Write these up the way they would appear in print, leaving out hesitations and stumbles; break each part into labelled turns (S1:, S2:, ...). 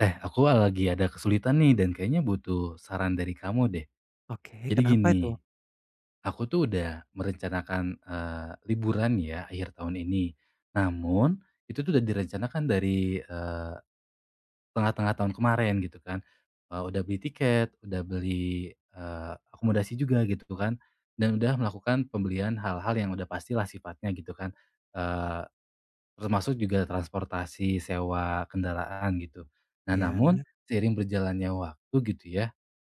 S1: Eh, aku lagi ada kesulitan nih dan kayaknya butuh saran dari kamu deh.
S2: Oke,
S1: Jadi
S2: kenapa
S1: gini,
S2: itu?
S1: aku tuh udah merencanakan liburan ya akhir tahun ini. Namun itu tuh udah direncanakan dari tengah-tengah tahun kemarin gitu kan. Eh, udah beli tiket, udah beli akomodasi juga gitu kan, dan udah melakukan pembelian hal-hal yang udah pastilah sifatnya gitu kan. Eh, Termasuk juga transportasi, sewa kendaraan gitu. Nah,
S2: Ya,
S1: namun seiring berjalannya waktu gitu ya,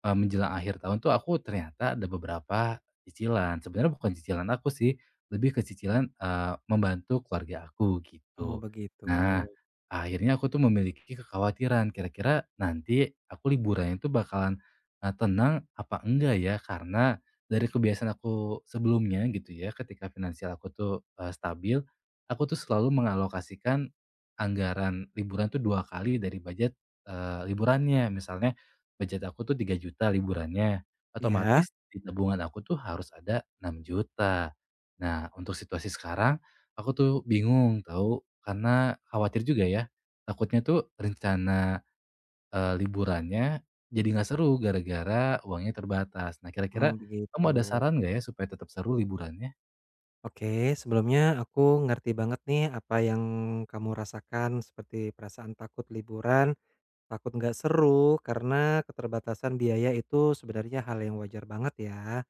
S1: menjelang akhir tahun tuh aku ternyata ada beberapa cicilan. Sebenarnya bukan cicilan aku sih, lebih ke cicilan membantu keluarga aku
S2: oh
S1: gitu.
S2: begitu.
S1: Nah, akhirnya aku tuh memiliki kekhawatiran, kira-kira nanti aku liburannya tuh bakalan tenang apa enggak ya? Karena dari kebiasaan aku sebelumnya gitu ya, ketika finansial aku tuh stabil, aku tuh selalu mengalokasikan anggaran liburan tuh 2 kali dari budget liburannya. Misalnya budget aku tuh 3 juta liburannya,
S2: Ya.
S1: otomatis di tabungan aku tuh harus ada 6 juta. Nah, untuk situasi sekarang aku tuh bingung tahu, karena khawatir juga ya, takutnya tuh rencana liburannya jadi nggak seru gara-gara uangnya terbatas. Nah,
S2: Mmm,
S1: kira-kira
S2: begitu.
S1: kamu ada saran nggak ya supaya tetap seru liburannya?
S2: Oke, sebelumnya aku ngerti banget nih apa yang kamu rasakan seperti perasaan takut liburan. Takut nggak seru karena keterbatasan biaya itu sebenarnya hal yang wajar banget ya.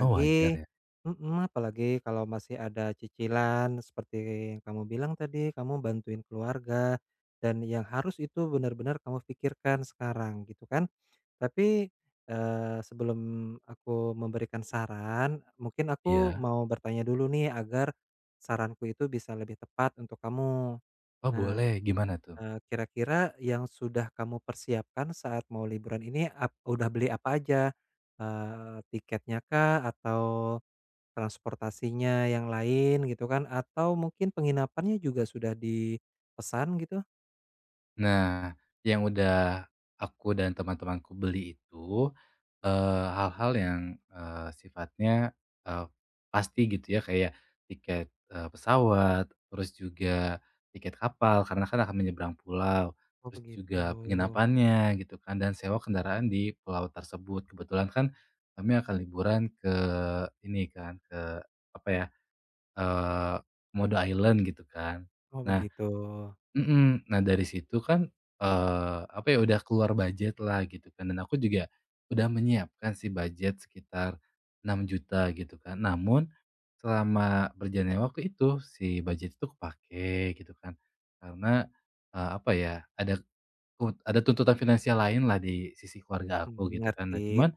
S1: Oh, wajar ya?
S2: mhm, apalagi kalau masih ada cicilan seperti yang kamu bilang tadi, kamu bantuin keluarga dan yang harus itu benar-benar kamu pikirkan sekarang gitu kan. Tapi, sebelum aku memberikan saran, mungkin aku
S1: Iya.
S2: mau bertanya dulu nih agar saranku itu bisa lebih tepat untuk kamu.
S1: Oh,
S2: Nah,
S1: boleh. Gimana tuh?
S2: Kira-kira yang sudah kamu persiapkan saat mau liburan ini udah beli apa aja? Tiketnya kah atau transportasinya yang lain gitu kan? Atau mungkin penginapannya juga sudah dipesan gitu?
S1: Nah, yang udah aku dan teman-temanku beli itu, hal-hal yang, sifatnya, eee, pasti gitu ya, kayak tiket, pesawat, terus juga tiket kapal karena kan akan menyeberang pulau,
S2: Oh
S1: terus
S2: begitu.
S1: juga penginapannya gitu kan, dan sewa kendaraan di pulau tersebut. Kebetulan kan kami akan liburan ke ini kan, ke apa ya, eee, Komodo Island gitu kan.
S2: Oh
S1: Nah.
S2: begitu.
S1: Mhm. Nah, dari situ kan, apa ya, udah keluar budgetlah gitu kan, dan aku juga udah menyiapkan sih budget sekitar 6 juta gitu kan. Namun selama berjalannya waktu itu si budget itu kepakai gitu kan, karena, apa ya, ada ada tuntutan finansial lainlah di sisi keluarga aku
S2: Mhm,
S1: gitu kan. Nah,
S2: ngerti.
S1: cuman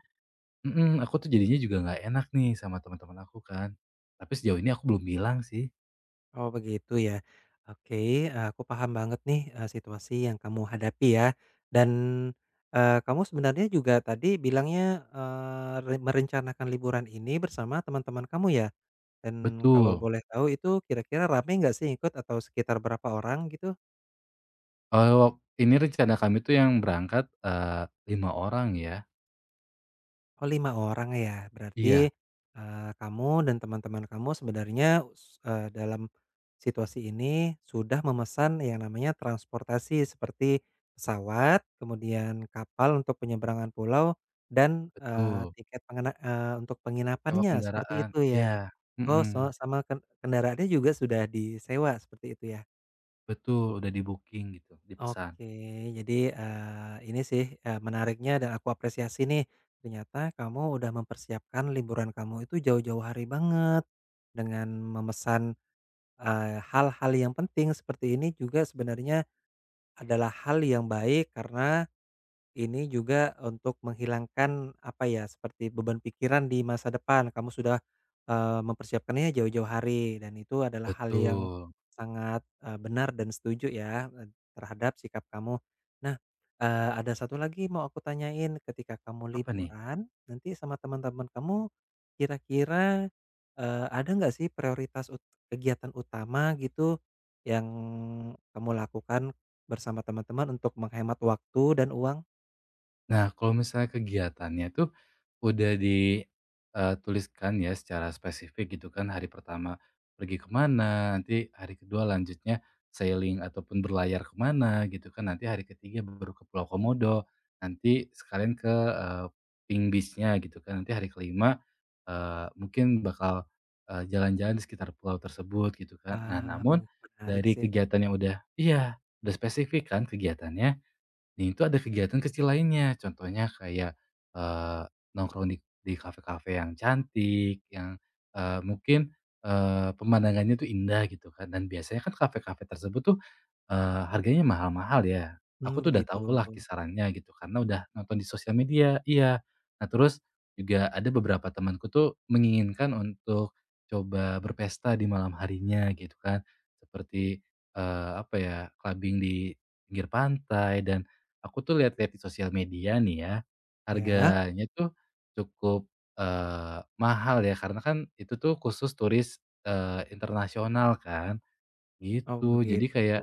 S1: mhm, aku tuh jadinya juga nggak enak nih sama teman-teman aku kan, tapi sejauh ini aku belum bilang sih.
S2: Oh begitu ya. Oke, aku paham banget nih, situasi yang kamu hadapi ya. Dan, kamu sebenarnya juga tadi bilangnya, merencanakan liburan ini bersama teman-teman kamu ya? Dan kalau
S1: Betul.
S2: boleh tahu itu kira-kira rame nggak sih ikut atau sekitar berapa orang gitu?
S1: Oh, ini rencana kami tuh yang berangkat, 5 orang ya.
S2: Oh, 5 orang ya.
S1: Iya,
S2: Berarti, kamu dan teman-teman kamu sebenarnya dalam situasi ini sudah memesan yang namanya transportasi seperti pesawat, kemudian kapal untuk penyeberangan pulau dan,
S1: betul.
S2: tiket untuk
S1: Sewa
S2: penginapannya seperti
S1: kendaraan.
S2: itu
S1: Iya,
S2: ya? Oh,
S1: mhm,
S2: sama kendaraannya juga sudah disewa seperti itu ya?
S1: betul, udah di-booking gitu, dipesan.
S2: Oke, jadi, ini sih, menariknya dan aku apresiasi nih, ternyata kamu udah mempersiapkan liburan kamu itu jauh-jauh hari banget, dengan memesan, hal-hal yang penting seperti ini juga sebenarnya adalah hal yang baik karena ini juga untuk menghilangkan, apa ya, seperti beban pikiran di masa depan. Kamu sudah, mempersiapkannya jauh-jauh hari dan itu adalah hal yang
S1: Betul.
S2: sangat, benar dan setuju ya, terhadap sikap kamu. Nah, ada satu lagi mau aku tanyain, ketika kamu
S1: Apa nih?
S2: liburan nanti sama teman-teman kamu kira-kira, ada nggak sih prioritas kegiatan utama gitu yang kamu lakukan bersama teman-teman untuk menghemat waktu dan uang?
S1: Nah, kalau misalnya kegiatannya tuh udah dituliskan ya secara spesifik gitu kan, hari pertama pergi kemana, nanti hari kedua lanjutnya sailing ataupun berlayar kemana gitu kan, nanti hari ketiga baru ke Pulau Komodo, nanti sekalian ke, Pink Beach-nya gitu kan, nanti hari kelima 5 mungkin bakal, jalan-jalan di sekitar pulau tersebut gitu kan. Nah,
S2: Wah,
S1: namun
S2: menarik
S1: dari
S2: sih.
S1: kegiatan yang udah spesifik kan kegiatannya. Nah, itu ada kegiatan kecil lainnya, contohnya kayak, eee, nongkrong di kafe-kafe yang cantik, yang, mungkin, pemandangannya tuh indah gitu kan, dan biasanya kan kafe-kafe tersebut tuh, harganya mahal-mahal ya. Aku
S2: Mmm,
S1: tuh udah
S2: begitu.
S1: tau lah kisarannya gitu, karena udah nonton di sosial media iya. Nah, terus juga ada beberapa temanku tuh menginginkan untuk coba berpesta di malam harinya gitu kan, seperti, apa ya, clubbing di pinggir pantai dan aku tuh lihat-lihat di sosial media nih ya,
S2: Ya?
S1: harganya tuh cukup, eee, mahal ya karena kan itu tuh khusus turis, internasional kan,
S2: Oh,
S1: gitu.
S2: begitu.
S1: Jadi kayak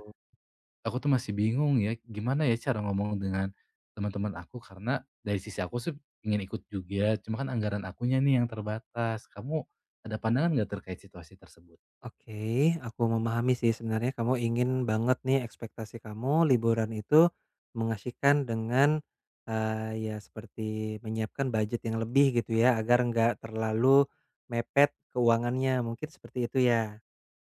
S1: aku tuh masih bingung ya, gimana ya cara ngomong dengan teman-teman aku karena dari sisi aku sih ingin ikut juga, cuma kan anggaran akunya nih yang terbatas. Kamu ada pandangan nggak terkait situasi tersebut?
S2: Oke, aku memahami sih sebenarnya kamu ingin banget nih ekspektasi kamu liburan itu mengasihkan dengan, eee, ya seperti menyiapkan budget yang lebih gitu ya, agar nggak terlalu mepet keuangannya, mungkin seperti itu ya?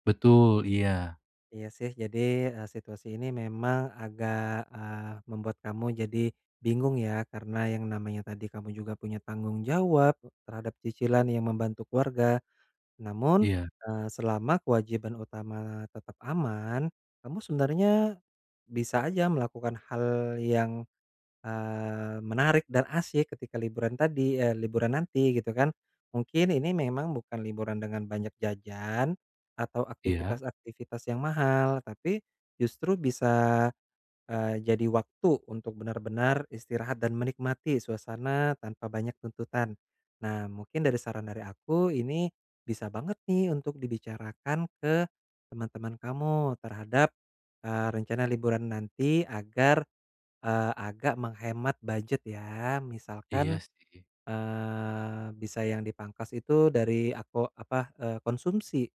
S1: Betul, iya.
S2: Iya sih, jadi, situasi ini memang agak, membuat kamu jadi bingung ya, karena yang namanya tadi kamu juga punya tanggung jawab terhadap cicilan yang membantu keluarga. Namun,
S1: Iya,
S2: selama kewajiban utama tetap aman, kamu sebenarnya bisa aja melakukan hal yang menarik dan asyik ketika liburan tadi, liburan nanti gitu kan. Mungkin ini memang bukan liburan dengan banyak jajan atau
S1: iya.
S2: aktivitas-aktivitas yang mahal, tapi justru bisa, jadi waktu untuk benar-benar istirahat dan menikmati suasana tanpa banyak tuntutan. Nah, mungkin dari saran dari aku ini bisa banget nih untuk dibicarakan ke teman-teman kamu terhadap, rencana liburan nanti agar agak menghemat budget ya,
S1: Iya
S2: misalkan,
S1: sih.
S2: Bisa yang dipangkas itu dari aku apa, konsumsi,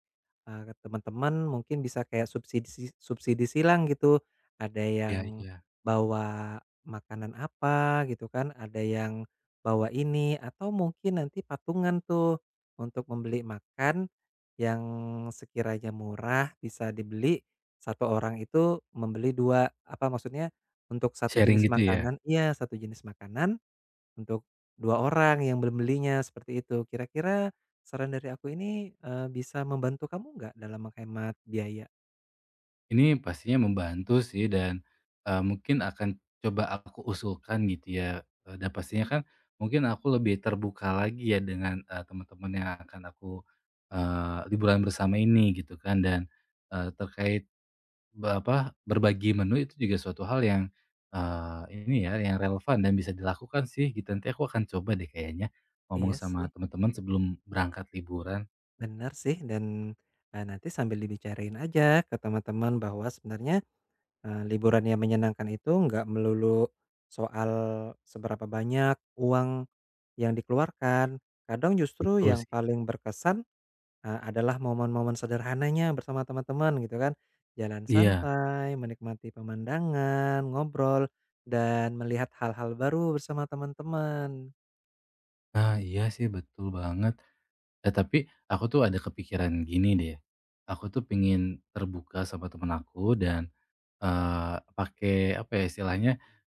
S2: ke teman-teman mungkin bisa kayak subsidi subsidi silang gitu. Ada yang
S1: Iya, iya.
S2: bawa makanan apa gitu kan, ada yang bawa ini atau mungkin nanti patungan tuh untuk membeli makan yang sekiranya murah bisa dibeli, satu orang itu membeli 2 apa maksudnya untuk satu
S1: Sharing
S2: jenis
S1: gitu ya?
S2: makanan, iya, satu jenis makanan untuk 2 orang yang belum belinya, seperti itu. Kira-kira saran dari aku ini, bisa membantu kamu nggak dalam menghemat biaya?
S1: Ini pastinya membantu sih dan, mungkin akan coba aku usulkan gitu ya, dan pastinya kan mungkin aku lebih terbuka lagi ya dengan, teman-teman yang akan aku, liburan bersama ini gitu kan dan, terkait apa, berbagi menu itu juga suatu hal yang, ini ya yang relevan dan bisa dilakukan sih gitu. Nanti aku akan coba deh kayaknya ngomong
S2: Iya sih,
S1: sama teman-teman sebelum berangkat liburan.
S2: benar sih dan, nanti sambil dibicarain aja ke teman-teman bahwa sebenarnya, liburan yang menyenangkan itu nggak melulu soal seberapa banyak uang yang dikeluarkan. Kadang justru
S1: Betul
S2: yang
S1: sih.
S2: paling berkesan adalah momen-momen sederhananya bersama teman-teman gitu kan, jalan
S1: Iya.
S2: santai, menikmati pemandangan, ngobrol, dan melihat hal-hal baru bersama teman-teman.
S1: Nah, iya sih betul banget. Eh, tapi aku tuh ada kepikiran gini deh, aku tuh pengen terbuka sama temen aku dan, pakai apa ya istilahnya,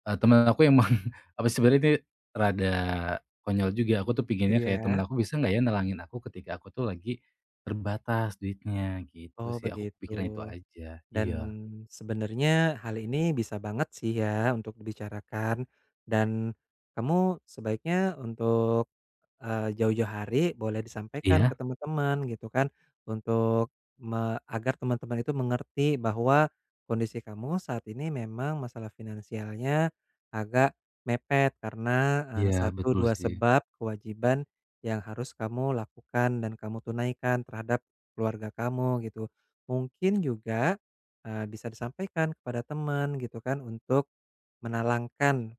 S1: temen aku emang apa sih sebenarnya ini rada konyol juga, aku tuh pinginnya kayak temen
S2: Iya,
S1: aku bisa nggak ya nerangin aku ketika aku tuh lagi terbatas duitnya gitu
S2: oh
S1: sih, aku
S2: begitu.
S1: kepikiran itu aja.
S2: Dan
S1: Iya.
S2: sebenarnya hal ini bisa banget sih ya untuk dibicarakan dan kamu sebaiknya untuk, jauh-jauh hari boleh disampaikan ke
S1: Iya?
S2: teman-teman gitu kan untuk agar teman-teman itu mengerti bahwa kondisi kamu saat ini memang masalah finansialnya agak mepet karena,
S1: Iya
S2: 1,
S1: betul
S2: 2
S1: sih.
S2: sebab kewajiban yang harus kamu lakukan dan kamu tunaikan terhadap keluarga kamu gitu. Mungkin juga bisa disampaikan kepada teman gitu kan untuk menalangkan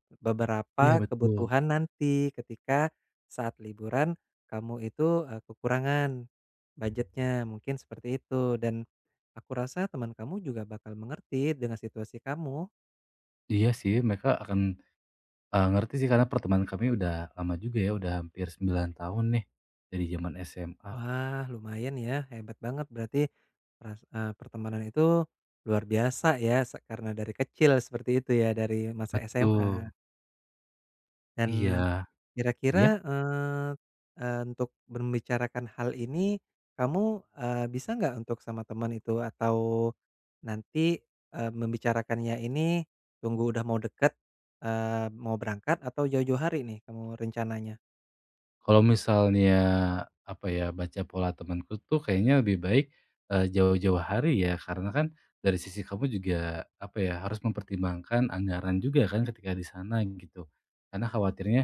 S1: Iya
S2: beberapa
S1: betul.
S2: kebutuhan nanti ketika saat liburan kamu itu, kekurangan budgetnya, mungkin seperti itu. Dan aku rasa teman kamu juga bakal mengerti dengan situasi kamu.
S1: Iya sih, mereka akan ngerti sih karena pertemanan kami udah lama juga ya, udah hampir 9 tahun nih, dari zaman SMA.
S2: Wah, lumayan ya, hebat banget berarti pertemanan itu luar biasa ya karena dari kecil seperti itu ya, dari masa SMA.
S1: Betul,
S2: Dan
S1: iya.
S2: kira-kira,
S1: Iya?
S2: eee eee, untuk membicarakan hal ini, kamu, bisa nggak untuk sama teman itu? Atau nanti, membicarakannya ini tunggu udah mau deket, mau berangkat atau jauh-jauh hari nih kamu rencananya?
S1: Kalau misalnya, apa ya, baca pola temanku tuh kayaknya lebih baik, jauh-jauh hari ya, karena kan dari sisi kamu juga, apa ya, harus mempertimbangkan anggaran juga kan ketika di sana gitu. Karena khawatirnya,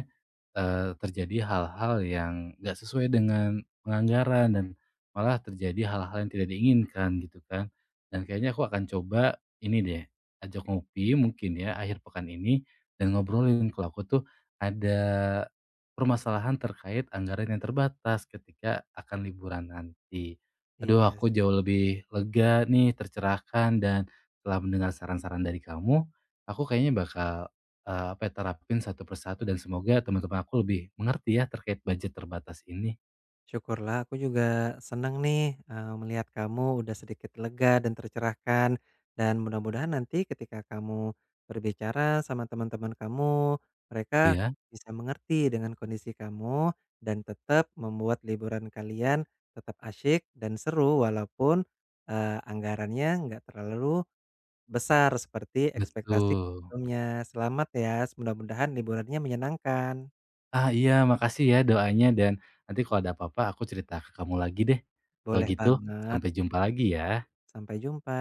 S1: terjadi hal-hal yang nggak sesuai dengan penganggaran dan malah terjadi hal-hal yang tidak diinginkan gitu kan. Dan kayaknya aku akan coba ini deh, ajak ngopi mungkin ya akhir pekan ini dan ngobrolin kalau aku tuh ada permasalahan terkait anggaran yang terbatas ketika akan liburan nanti. Aduh,
S2: Iya.
S1: aku jauh lebih lega nih, tercerahkan, dan setelah mendengar saran-saran dari kamu, aku kayaknya bakal, apa ya, terapin satu persatu dan semoga teman-teman aku lebih mengerti ya terkait budget terbatas ini.
S2: Syukurlah aku juga senang nih, melihat kamu udah sedikit lega dan tercerahkan, dan mudah-mudahan nanti ketika kamu berbicara sama teman-teman kamu, mereka
S1: Iya,
S2: bisa mengerti dengan kondisi kamu dan tetap membuat liburan kalian tetap asyik dan seru walaupun, anggarannya nggak terlalu besar seperti ekspektasi
S1: betul.
S2: sebelumnya. Selamat ya, mudah-mudahan liburannya menyenangkan.
S1: Ah, iya, makasih ya doanya dan nanti kalau ada apa-apa aku cerita ke kamu lagi deh. Kalau
S2: Boleh
S1: gitu,
S2: banget,
S1: sampai jumpa lagi ya.
S2: sampai jumpa.